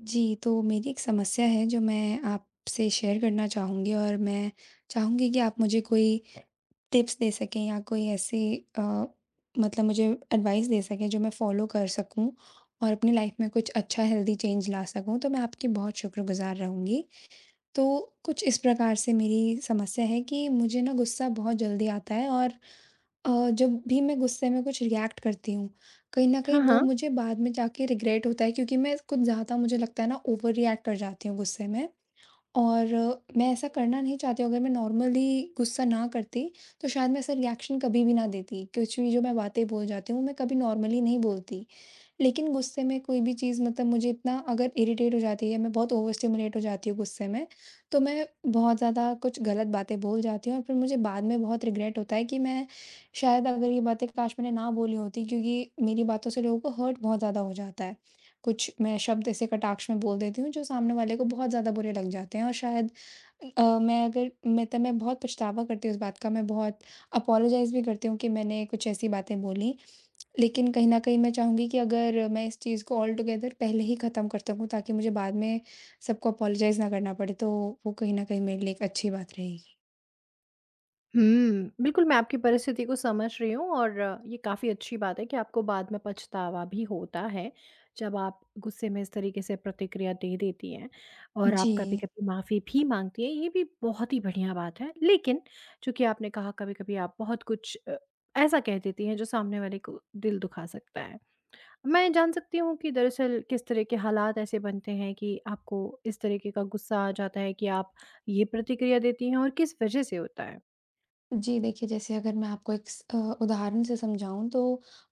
जी, तो मेरी एक समस्या है जो मैं आपसे शेयर करना चाहूँगी और मैं चाहूँगी कि आप मुझे कोई टिप्स दे सकें या कोई ऐसी मतलब मुझे एडवाइस दे सकें जो मैं फॉलो कर सकूँ और अपनी लाइफ में कुछ अच्छा हेल्दी चेंज ला सकूँ, तो मैं आपकी बहुत शुक्रगुज़ार रहूँगी। तो कुछ इस प्रकार से मेरी समस्या है कि मुझे ना गुस्सा बहुत जल्दी आता है, और अ, जब भी मैं गुस्से में कुछ रिएक्ट करती हूँ, कहीं न हाँ, कहीं वो हाँ। मुझे बाद में जाके रिग्रेट होता है, क्योंकि मैं कुछ ज़्यादा, मुझे लगता है ना, ओवर रिएक्ट कर जाती हूँ गुस्से में। और मैं ऐसा करना नहीं चाहती हूँ। अगर मैं नॉर्मली गुस्सा ना करती, तो शायद मैं ऐसा रिएक्शन कभी भी ना देती। कुछ भी जो मैं बातें बोल जाती हूँ, मैं कभी नॉर्मली नहीं बोलती। लेकिन गुस्से में कोई भी चीज़, मतलब मुझे इतना अगर इरिटेट हो जाती है, मैं बहुत ओवर स्टिमुलेट हो जाती हूँ गुस्से में, तो मैं बहुत ज़्यादा कुछ गलत बातें बोल जाती हूँ, और फिर मुझे बाद में बहुत रिग्रेट होता है कि मैं शायद अगर ये बातें काश मैंने ना बोली होती, क्योंकि मेरी बातों से लोगों को हर्ट बहुत ज़्यादा हो जाता है। कुछ मैं शब्द ऐसे कटाक्ष में बोल देती हूँ जो सामने वाले को बहुत ज़्यादा बुरे लग जाते हैं, और शायद अ, मैं अगर मैं तो मैं बहुत पछतावा करती हूँ इस बात का, मैं बहुत अपोलोजाइज़ भी करती हूँ कि मैंने कुछ ऐसी बातें बोली। लेकिन कहीं न कहीं मैं चाहूँगी कि अगर मैं इस चीज़ को ऑल टुगेदर पहले ही ख़त्म कर सकूँ, ताकि मुझे बाद में सबको अपोलोजाइज़ ना करना पड़े, तो वो कहीं न कहीं मेरे लिए एक अच्छी बात रहेगी। हुँ, बिल्कुल मैं आपकी परिस्थिति को समझ रही हूँ और ये काफ़ी अच्छी बात है कि आपको बाद में पछतावा भी होता है, जब आप गुस्से में इस तरीके से प्रतिक्रिया दे देती हैं और जी। आप कभी-कभी माफ़ी भी माँगती हैं, ये भी बहुत ही बढ़िया बात है। लेकिन चूँकि आपने कहा कभी-कभी आप बहुत कुछ ऐसा कह देती हैं जो सामने वाले को दिल दुखा सकता है। मैं जान सकती हूँ कि दरअसल किस तरह के हालात ऐसे बनते हैं कि आपको इस तरीके का गुस्सा आ जाता है कि आप ये प्रतिक्रिया देती हैं और किस वजह से होता है? जी, देखिए, जैसे अगर मैं आपको एक उदाहरण से समझाऊँ, तो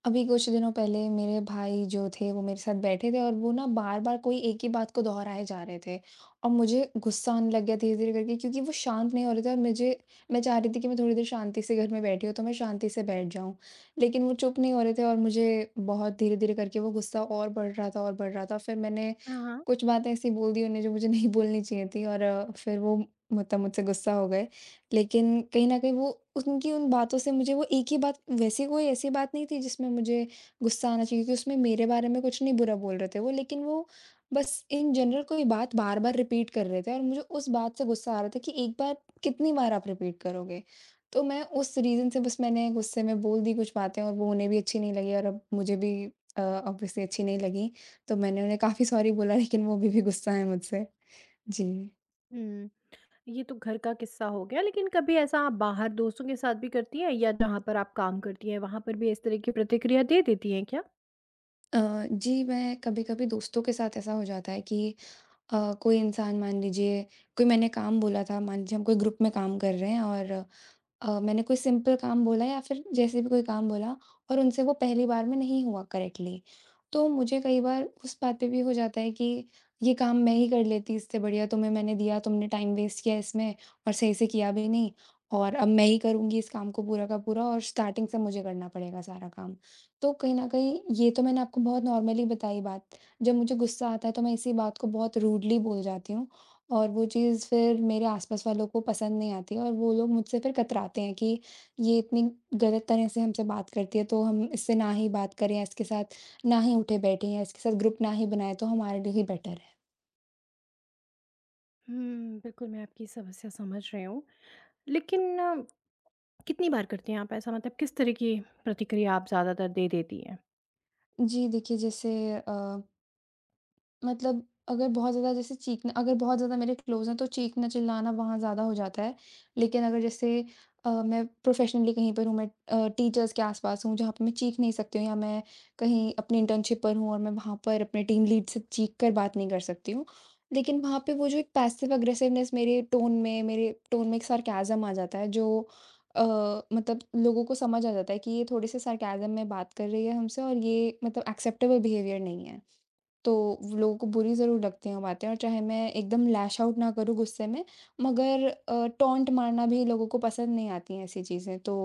अभी कुछ दिनों पहले मेरे भाई जो थे वो मेरे साथ बैठे थे, और वो ना बार-बार कोई एक ही बात को दोहराए जा रहे थे। और मुझे गुस्सा आने लग गया धीरे-धीरे करके, क्योंकि वो शांत नहीं हो रहे थे, और मुझे मैं चाह रही थी कि मैं थोड़ी देर शांति से घर में बैठी हूँ, तो मैं शांति से बैठ जाऊँ। लेकिन वो चुप नहीं हो रहे थे, और मुझे बहुत धीरे-धीरे करके वो गुस्सा और बढ़ रहा था, और बढ़ रहा था। फिर मैंने हाँ। हाँ। कुछ बातें ऐसी बोल दी उन्हें जो मुझे नहीं बोलनी चाहिए थी, और फिर वो मतलब मुझसे गुस्सा हो गए। लेकिन कहीं न कहीं वो, उनकी उन बातों से, मुझे वो एक ही बात, वैसे कोई ऐसी बात नहीं थी जिसमें मुझे गुस्सा आना चाहिए, क्योंकि उसमें मेरे बारे में कुछ नहीं बुरा बोल रहे थे वो, लेकिन वो बस इन जनरल कोई बात बार-बार रिपीट कर रहे थे, और मुझे उस बात से गुस्सा आ रहा था कि एक बार कितनी बार आप रिपीट करोगे? तो मैं उस रीज़न से बस मैंने गुस्से में बोल दी कुछ बातें, और वो उन्हें भी अच्छी नहीं लगी, और अब मुझे भी ऑब्वियसली अच्छी नहीं लगी। तो मैंने उन्हें काफ़ी सॉरी बोला, लेकिन वो अभी भी गुस्सा है मुझसे। जी। हुँ, ये तो घर का किस्सा हो गया लेकिन कभी ऐसा आप बाहर दोस्तों के साथ भी करती हैं या जहाँ पर आप काम करती हैं, वहाँ पर भी इस तरह की प्रतिक्रिया दे देती हैं क्या? अ, जी, मैं कभी-कभी दोस्तों के साथ ऐसा हो जाता है कि कोई इंसान मान लीजिए, कोई मैंने काम बोला था, मान लीजिए हम कोई ग्रुप में काम कर रहे हैं, और मैंने कोई सिंपल काम बोला या फिर जैसे भी कोई काम बोला, और उनसे वो पहली बार में नहीं हुआ करेक्टली। तो मुझे कई बार उस बात पे भी हो जाता है कि ये काम मैं ही कर लेती, इससे बढ़िया तुम्हें मैंने दिया, तुमने टाइम वेस्ट किया इसमें और सही से किया भी नहीं, और अब मैं ही करूँगी इस काम को पूरा का पूरा, और स्टार्टिंग से मुझे करना पड़ेगा सारा काम। तो कहीं न कहीं ये तो मैंने आपको बहुत नॉर्मली बताई बात, जब मुझे गुस्सा आता है तो मैं इसी बात को बहुत रूडली बोल जाती हूँ, और वो चीज़ फिर मेरे आस-पास वालों को पसंद नहीं आती है, और वो लोग मुझसे फिर कतराते हैं कि ये इतनी गलत तरह से हमसे बात करती है, तो हम इससे ना ही बात करें, या इसके साथ ना ही उठे बैठे, या इसके साथ ग्रुप ना ही बनाएँ, तो हमारे लिए ही बेटर है। हुँ, बिल्कुल मैं आपकी समस्या समझ रही हूँ। लेकिन कितनी बार करती हैं आप ऐसा? मतलब किस तरह की प्रतिक्रिया आप ज़्यादातर दे देती हैं? जी, देखिए, जैसे अ मतलब अगर बहुत ज़्यादा, जैसे चीखना, अगर बहुत ज़्यादा मेरे क्लोज़ हैं तो चीखना-चिल्लाना वहाँ ज़्यादा हो जाता है। लेकिन अगर जैसे मैं प्रोफ़ेशनली कहीं पर हूँ, मैं टीचर्स के आस-पास हूँ, जहाँ पे मैं चीख नहीं सकती हूँ, या मैं कहीं अपनी इंटर्नशिप पर हूँ और मैं वहाँ पर अपने टीम लीड से चीख कर बात नहीं कर सकती हूँ। लेकिन वहाँ पे वो जो एक पैसिव अग्रेसिवनेस, मेरे टोन में एक सार्कैज़म आ जाता है, जो अ, मतलब लोगों को समझ आ जाता है कि ये थोड़े-से सार्कैज़म में बात कर रही है हमसे, और ये मतलब एक्सेप्टेबल बिहेवियर नहीं है। तो व लोगों को बुरी ज़रूर लगती हैं वो बातें, और चाहे मैं एकदम लैश आउट ना करूँ गुस्से में, मगर टॉन्ट मारना भी लोगों को पसंद नहीं आती हैं ऐसी चीज़ें। तो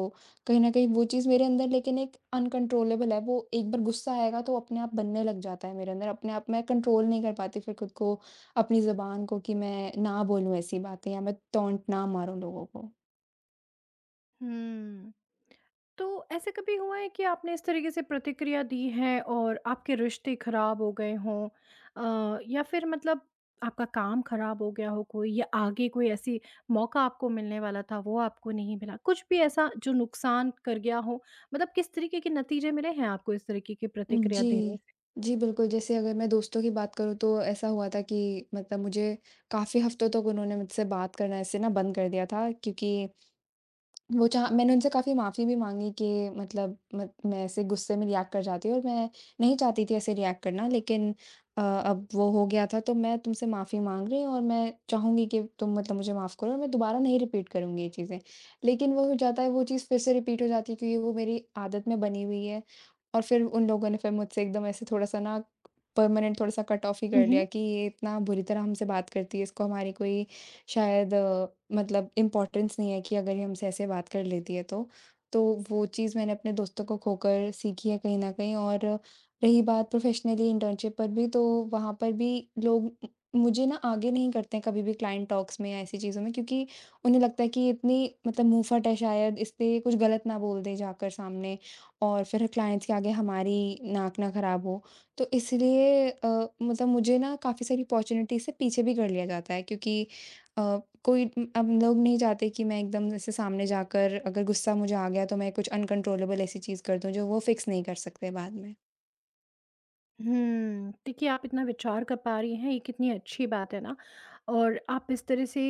कहीं न कहीं वो चीज़ मेरे अंदर लेकिन एक अनकंट्रोलेबल है, वो एक बार गुस्सा आएगा तो अपने आप बनने लग जाता है मेरे अंदर, अपने आप मैं कंट्रोल नहीं कर पाती फिर खुद को, अपनी ज़ुबान को, कि मैं ना बोलूँ ऐसी बातें या मैं टॉन्ट ना मारूँ लोगों को। हुँ। तो ऐसे कभी हुआ है कि आपने इस तरीके से प्रतिक्रिया दी है और आपके रिश्ते खराब हो गए हों या फिर मतलब आपका काम खराब हो गया हो कोई या आगे कोई ऐसी मौका आपको मिलने वाला था वो आपको नहीं मिला? कुछ भी ऐसा जो नुकसान कर गया हो? मतलब किस तरीके के नतीजे मिले हैं आपको इस तरीके की प्रतिक्रिया जी। देने जी, बिल्कुल, जैसे अगर मैं दोस्तों की बात करूँ, तो ऐसा हुआ था कि मतलब मुझे काफ़ी हफ्तों तक उन्होंने मुझसे बात करना ऐसे ना बंद कर दिया था, क्योंकि वो चाह मैंने उनसे काफ़ी माफ़ी भी माँगी कि मतलब मत मैं ऐसे गुस्से में रिएक्ट कर जाती हूँ, और मैं नहीं चाहती थी ऐसे रिएक्ट करना, लेकिन अब वो हो गया था तो मैं तुमसे माफ़ी माँग रही हूँ, और मैं चाहूँगी कि तुम मतलब मुझे माफ़ करो, और मैं दोबारा नहीं रिपीट करूँगी ये चीज़ें। लेकिन वो हो जाता है, वो चीज़ फिर से रिपीट हो जाती है, क्योंकि वो मेरी आदत में बनी हुई है, और फिर उन लोगों ने फिर मुझसे एकदम ऐसे थोड़ा-सा ना परमानेंट थोड़ा-सा कट ऑफ ही कर से? लिया कि ये इतना बुरी तरह हमसे बात करती है, इसको हमारी कोई शायद मतलब इम्पोर्टेंस नहीं है कि अगर ये हमसे ऐसे बात कर लेती है तो। तो वो चीज़ मैंने अपने दोस्तों को खोकर सीखी है कहीं न कहीं, और रही बात प्रोफ़ेशनली इंटर्नशिप पर भी, तो वहाँ पर भी लोग उ मुझे ना आगे नहीं करते हैं कभी भी क्लाइंट टॉक्स में या ऐसी चीज़ों में, क्योंकि उन्हें लगता है कि ये इतनी मतलब मुँहफट है, शायद इससे कुछ गलत ना बोल दे जाकर सामने, और फिर क्लाइंट्स के आगे हमारी नाक ना ख़राब हो। तो इसलिए मतलब मुझे ना काफ़ी सारी अपॉर्च्युनिटी से पीछे भी कर लिया जाता है, क्योंकि अ, कोई अब लोग नहीं चाहते कि मैं एकदम जैसे सामने जाकर अगर गुस्सा मुझे आ गया तो मैं कुछ अनकंट्रोलेबल ऐसी चीज़ कर दूँ जो वो फिक्स नहीं कर सकते बाद में। हुँ, देखिए आप इतना विचार कर पा रही हैं, ये कितनी अच्छी बात है ना और आप इस तरह से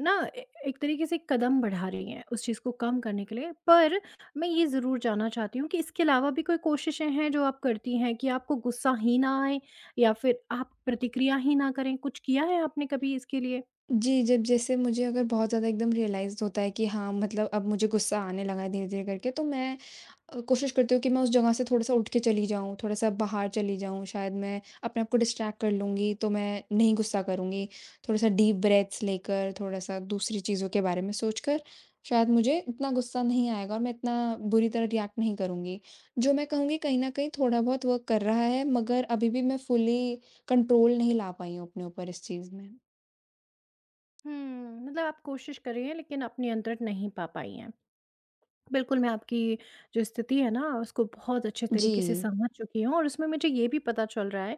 ना ए एक तरीके से कदम बढ़ा रही हैं उस चीज़ को कम करने के लिए। पर मैं ये ज़रूर जानना चाहती हूँ कि इसके अलावा भी कोई कोशिशें हैं जो आप करती हैं कि आपको गुस्सा ही ना आए या फिर आप प्रतिक्रिया ही ना करें? कुछ किया है आपने कभी इसके लिए? जी, जब जैसे मुझे अगर बहुत ज़्यादा एकदम रियलाइज़ होता है कि हाँ, मतलब अब मुझे गुस्सा आने लगा है धीरे-धीरे करके, तो मैं कोशिश करती हूँ कि मैं उस जगह से थोड़ा-सा उठ के चली जाऊँ, थोड़ा-सा बाहर चली जाऊँ, शायद मैं अपने आप को डिस्ट्रैक्ट कर लूँगी, तो मैं नहीं गुस्सा करूँगी। थोड़ा-सा डीप ब्रेथ्स लेकर, थोड़ा-सा दूसरी चीज़ों के बारे में सोचकर, शायद मुझे इतना गुस्सा नहीं आएगा और मैं इतना बुरी तरह रिएक्ट नहीं करूँगी। जो मैं कहूँगी, कहीं न कहीं थोड़ा बहुत वर्क कर रहा है, मगर अभी भी मैं फुली कंट्रोल नहीं ला पाई हूँ अपने ऊपर इस चीज़ में। हुँ, मतलब आप कोशिश कर रही हैं लेकिन आप नियंत्रण नहीं पा पाई हैं। बिल्कुल, मैं आपकी जो स्थिति है ना उसको बहुत अच्छे जी। तरीके से समझ चुकी हूँ और उसमें मुझे ये भी पता चल रहा है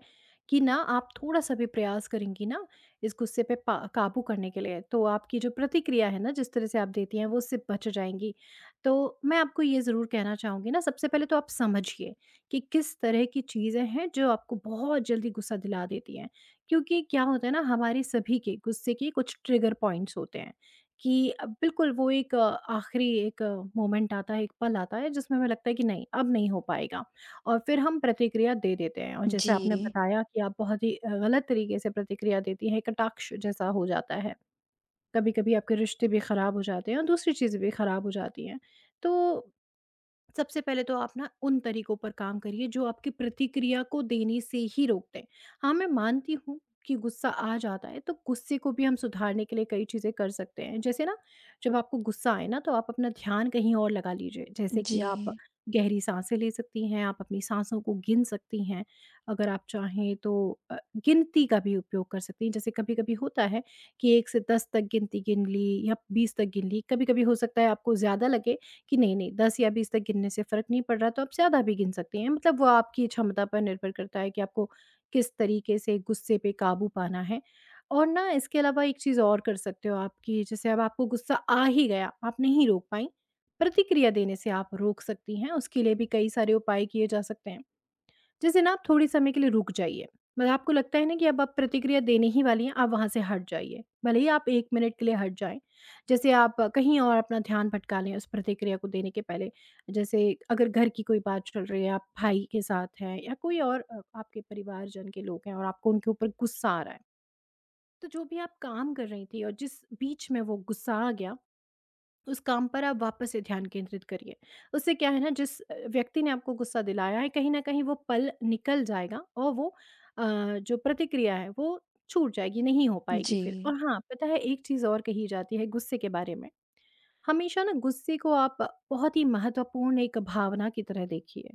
कि ना आप थोड़ा-सा भी प्रयास करेंगी ना इस गुस्से पे पा काबू करने के लिए, तो आपकी जो प्रतिक्रिया है ना जिस तरह से आप देती हैं वो उससे बच जाएँगी। तो मैं आपको ये ज़रूर कहना चाहूँगी ना सबसे पहले तो आप समझिए कि किस तरह की चीज़ें हैं जो आपको बहुत जल्दी गुस्सा दिला देती हैं। क्योंकि क्या होता है ना हमारे सभी के गुस्से के कुछ ट्रिगर पॉइंट्स होते हैं कि बिल्कुल वो एक आखिरी एक मोमेंट आता है, एक पल आता है जिसमें हमें लगता है कि नहीं, अब नहीं हो पाएगा और फिर हम प्रतिक्रिया दे देते हैं और जैसे जी। आपने बताया कि आप बहुत ही गलत तरीके से प्रतिक्रिया देती हैं, कटाक्ष जैसा हो जाता है। कभी-कभी आपके रिश्ते भी खराब हो जाते हैं और दूसरी चीज़ें भी खराब हो जाती हैं। तो सबसे पहले तो आप ना उन तरीकों पर काम करिए जो आपकी प्रतिक्रिया को देने से ही रोकते हैं। हाँ, मैं मानती हूँ कि गुस्सा आ जाता है तो गुस्से को भी हम सुधारने के लिए कई चीज़ें कर सकते हैं, जैसे ना जब आपको गुस्सा आए ना तो आप अपना ध्यान कहीं और लगा लीजिए, जैसे कि जी। आप गहरी सांसें ले सकती हैं, आप अपनी सांसों को गिन सकती हैं। अगर आप चाहें तो अ, गिनती का भी उपयोग कर सकती हैं, जैसे कभी कभी होता है कि एक से दस तक गिनती गिन ली या बीस तक गिन ली। कभी कभी हो सकता है आपको ज़्यादा लगे कि नहीं, नहीं 10 या 20 तक गिनने से फ़र्क नहीं पड़ रहा, तो आप ज़्यादा भी गिन सकते हैं। मतलब वो आपकी क्षमता पर निर्भर करता है कि आपको किस तरीके से गुस्से पे काबू पाना है। और ना इसके अलावा एक चीज़ और कर सकते हो आप कि जैसे अब आपको गुस्सा आ ही गया, आप नहीं रोक पाईं, प्रतिक्रिया देने से आप रोक सकती हैं। उसके लिए भी कई सारे उपाय किए जा सकते हैं। जैसे ना आप थोड़ी समय के लिए रुक जाइए। मतलब आपको लगता है ना कि अब आप प्रतिक्रिया देने ही वाली हैं, आप वहाँ से हट जाइए, भले ही आप एक मिनट के लिए हट जाएं। जैसे आप कहीं और अपना ध्यान भटका लें उस प्रतिक्रिया को देने के पहले। जैसे अगर घर की कोई बात चल रही है, आप भाई के साथ हैं या कोई और आपके परिवारजन के लोग हैं और आपको उनके ऊपर गुस्सा आ रहा है, तो जो भी आप काम कर रही थी और जिस बीच में वो गुस्सा आ गया, उस काम पर आप वापस से ध्यान केंद्रित करिए। उससे क्या है ना, जिस व्यक्ति ने आपको गुस्सा दिलाया है कहीं न कहीं वो पल निकल जाएगा और वो अ, जो प्रतिक्रिया है वो छूट जाएगी, नहीं हो पाएगी जी। फिर। और हाँ, पता है एक चीज़ और कही जाती है गुस्से के बारे में, हमेशा ना गुस्से को आप बहुत ही महत्वपूर्ण एक भावना की तरह देखिए।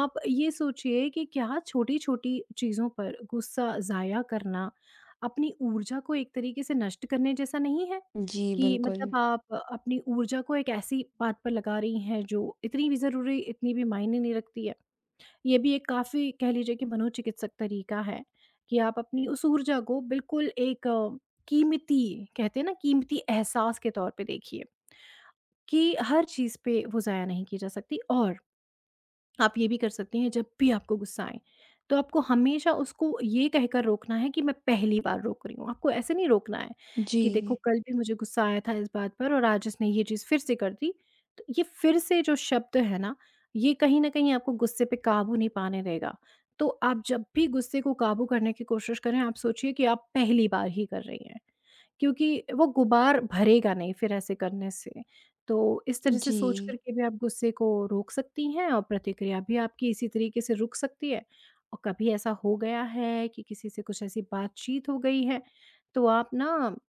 आप ये सोचिए कि क्या छोटी-छोटी चीज़ों पर गुस्सा ज़ाया करना, अपनी ऊर्जा को एक तरीके से नष्ट करने जैसा नहीं है? जी, कि बिल्कुल। मतलब आप अपनी ऊर्जा को एक ऐसी बात पर लगा रही हैं जो इतनी भी ज़रूरी, इतनी भी मायने नहीं रखती है। ये भी एक काफ़ी कह लीजिए कि मनोचिकित्सक तरीका है कि आप अपनी उस ऊर्जा को बिल्कुल एक कीमती, कहते हैं ना कीमती एहसास के तौर पे देखिए। कि हर चीज़ पे वो ज़ाया नहीं की जा सकती और आप ये भी कर सकती हैं जब भी आपको गुस्सा आए, तो आपको हमेशा उसको ये कहकर रोकना है कि मैं पहली बार रोक रही हूँ। आपको ऐसे नहीं रोकना है जी। कि देखो कल भी मुझे गुस्सा आया था इस बात पर और आज इसने ये चीज़ फिर से कर दी। तो ये फिर से जो शब्द है ना, ये कहीं न कहीं आपको गुस्से पे काबू नहीं पाने देगा। तो आप जब भी गुस्से को काबू करने की कोशिश करें, आप सोचिए कि आप पहली बार ही कर रही हैं। क्योंकि वो गुबार भरेगा नहीं फिर ऐसे करने से। तो इस तरह से जी। सोच कर के भी आप गुस्से को रोक सकती हैं और प्रतिक्रिया भी आपकी इसी तरीके से रुक सकती है। और कभी ऐसा हो गया है कि किसी से कुछ ऐसी बातचीत हो गई है, तो आप ना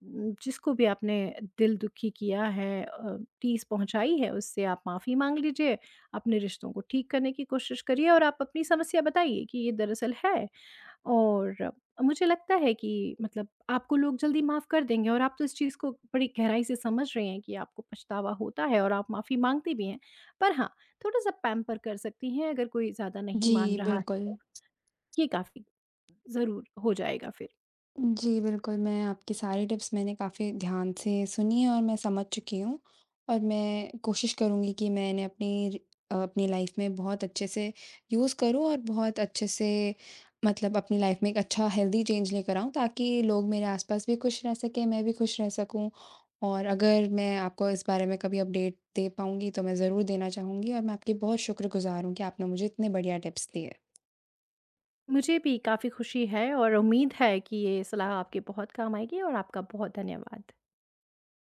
जिसको भी आपने दिल दुखी किया है, ठेस पहुँचाई है, उससे आप माफ़ी माँग लीजिए, अपने रिश्तों को ठीक करने की कोशिश करिए और आप अपनी समस्या बताइए कि ये दरअसल है। और मुझे लगता है कि मतलब आपको लोग जल्दी माफ़ कर देंगे और आप तो इस चीज़ को बड़ी गहराई से समझ रहे हैं कि आपको पछतावा होता है और आप माफ़ी माँगते भी हैं। पर हाँ, थोड़ा-सा पैम्पर कर सकती हैं अगर कोई ज़्यादा नहीं जी, मान रहा है बिल्कुल। तो, ये काफ़ी ज़रूर हो जाएगा फिर। जी, बिल्कुल, मैं आपकी सारी टिप्स मैंने काफ़ी ध्यान से सुनी हैं और मैं समझ चुकी हूँ, और मैं कोशिश करूँगी कि मैं इन्हें अपनी लाइफ़ में बहुत अच्छे से यूज़ करूँ, और बहुत अच्छे से मतलब अपनी लाइफ़ में एक अच्छा हेल्दी चेंज लेकर आऊँ, ताकि लोग मेरे आस-पास भी खुश रह सकें, मैं भी खुश रह सकूँ। और अगर मैं आपको इस बारे में कभी अपडेट दे पाऊँगी तो मैं ज़रूर देना चाहूँगी, और मैं आपकी बहुत शुक्रगुज़ार हूँ कि आपने मुझे इतने बढ़िया टिप्स दिए। मुझे भी काफ़ी खुशी है और उम्मीद है कि ये सलाह आपके बहुत काम आएगी और आपका बहुत धन्यवाद।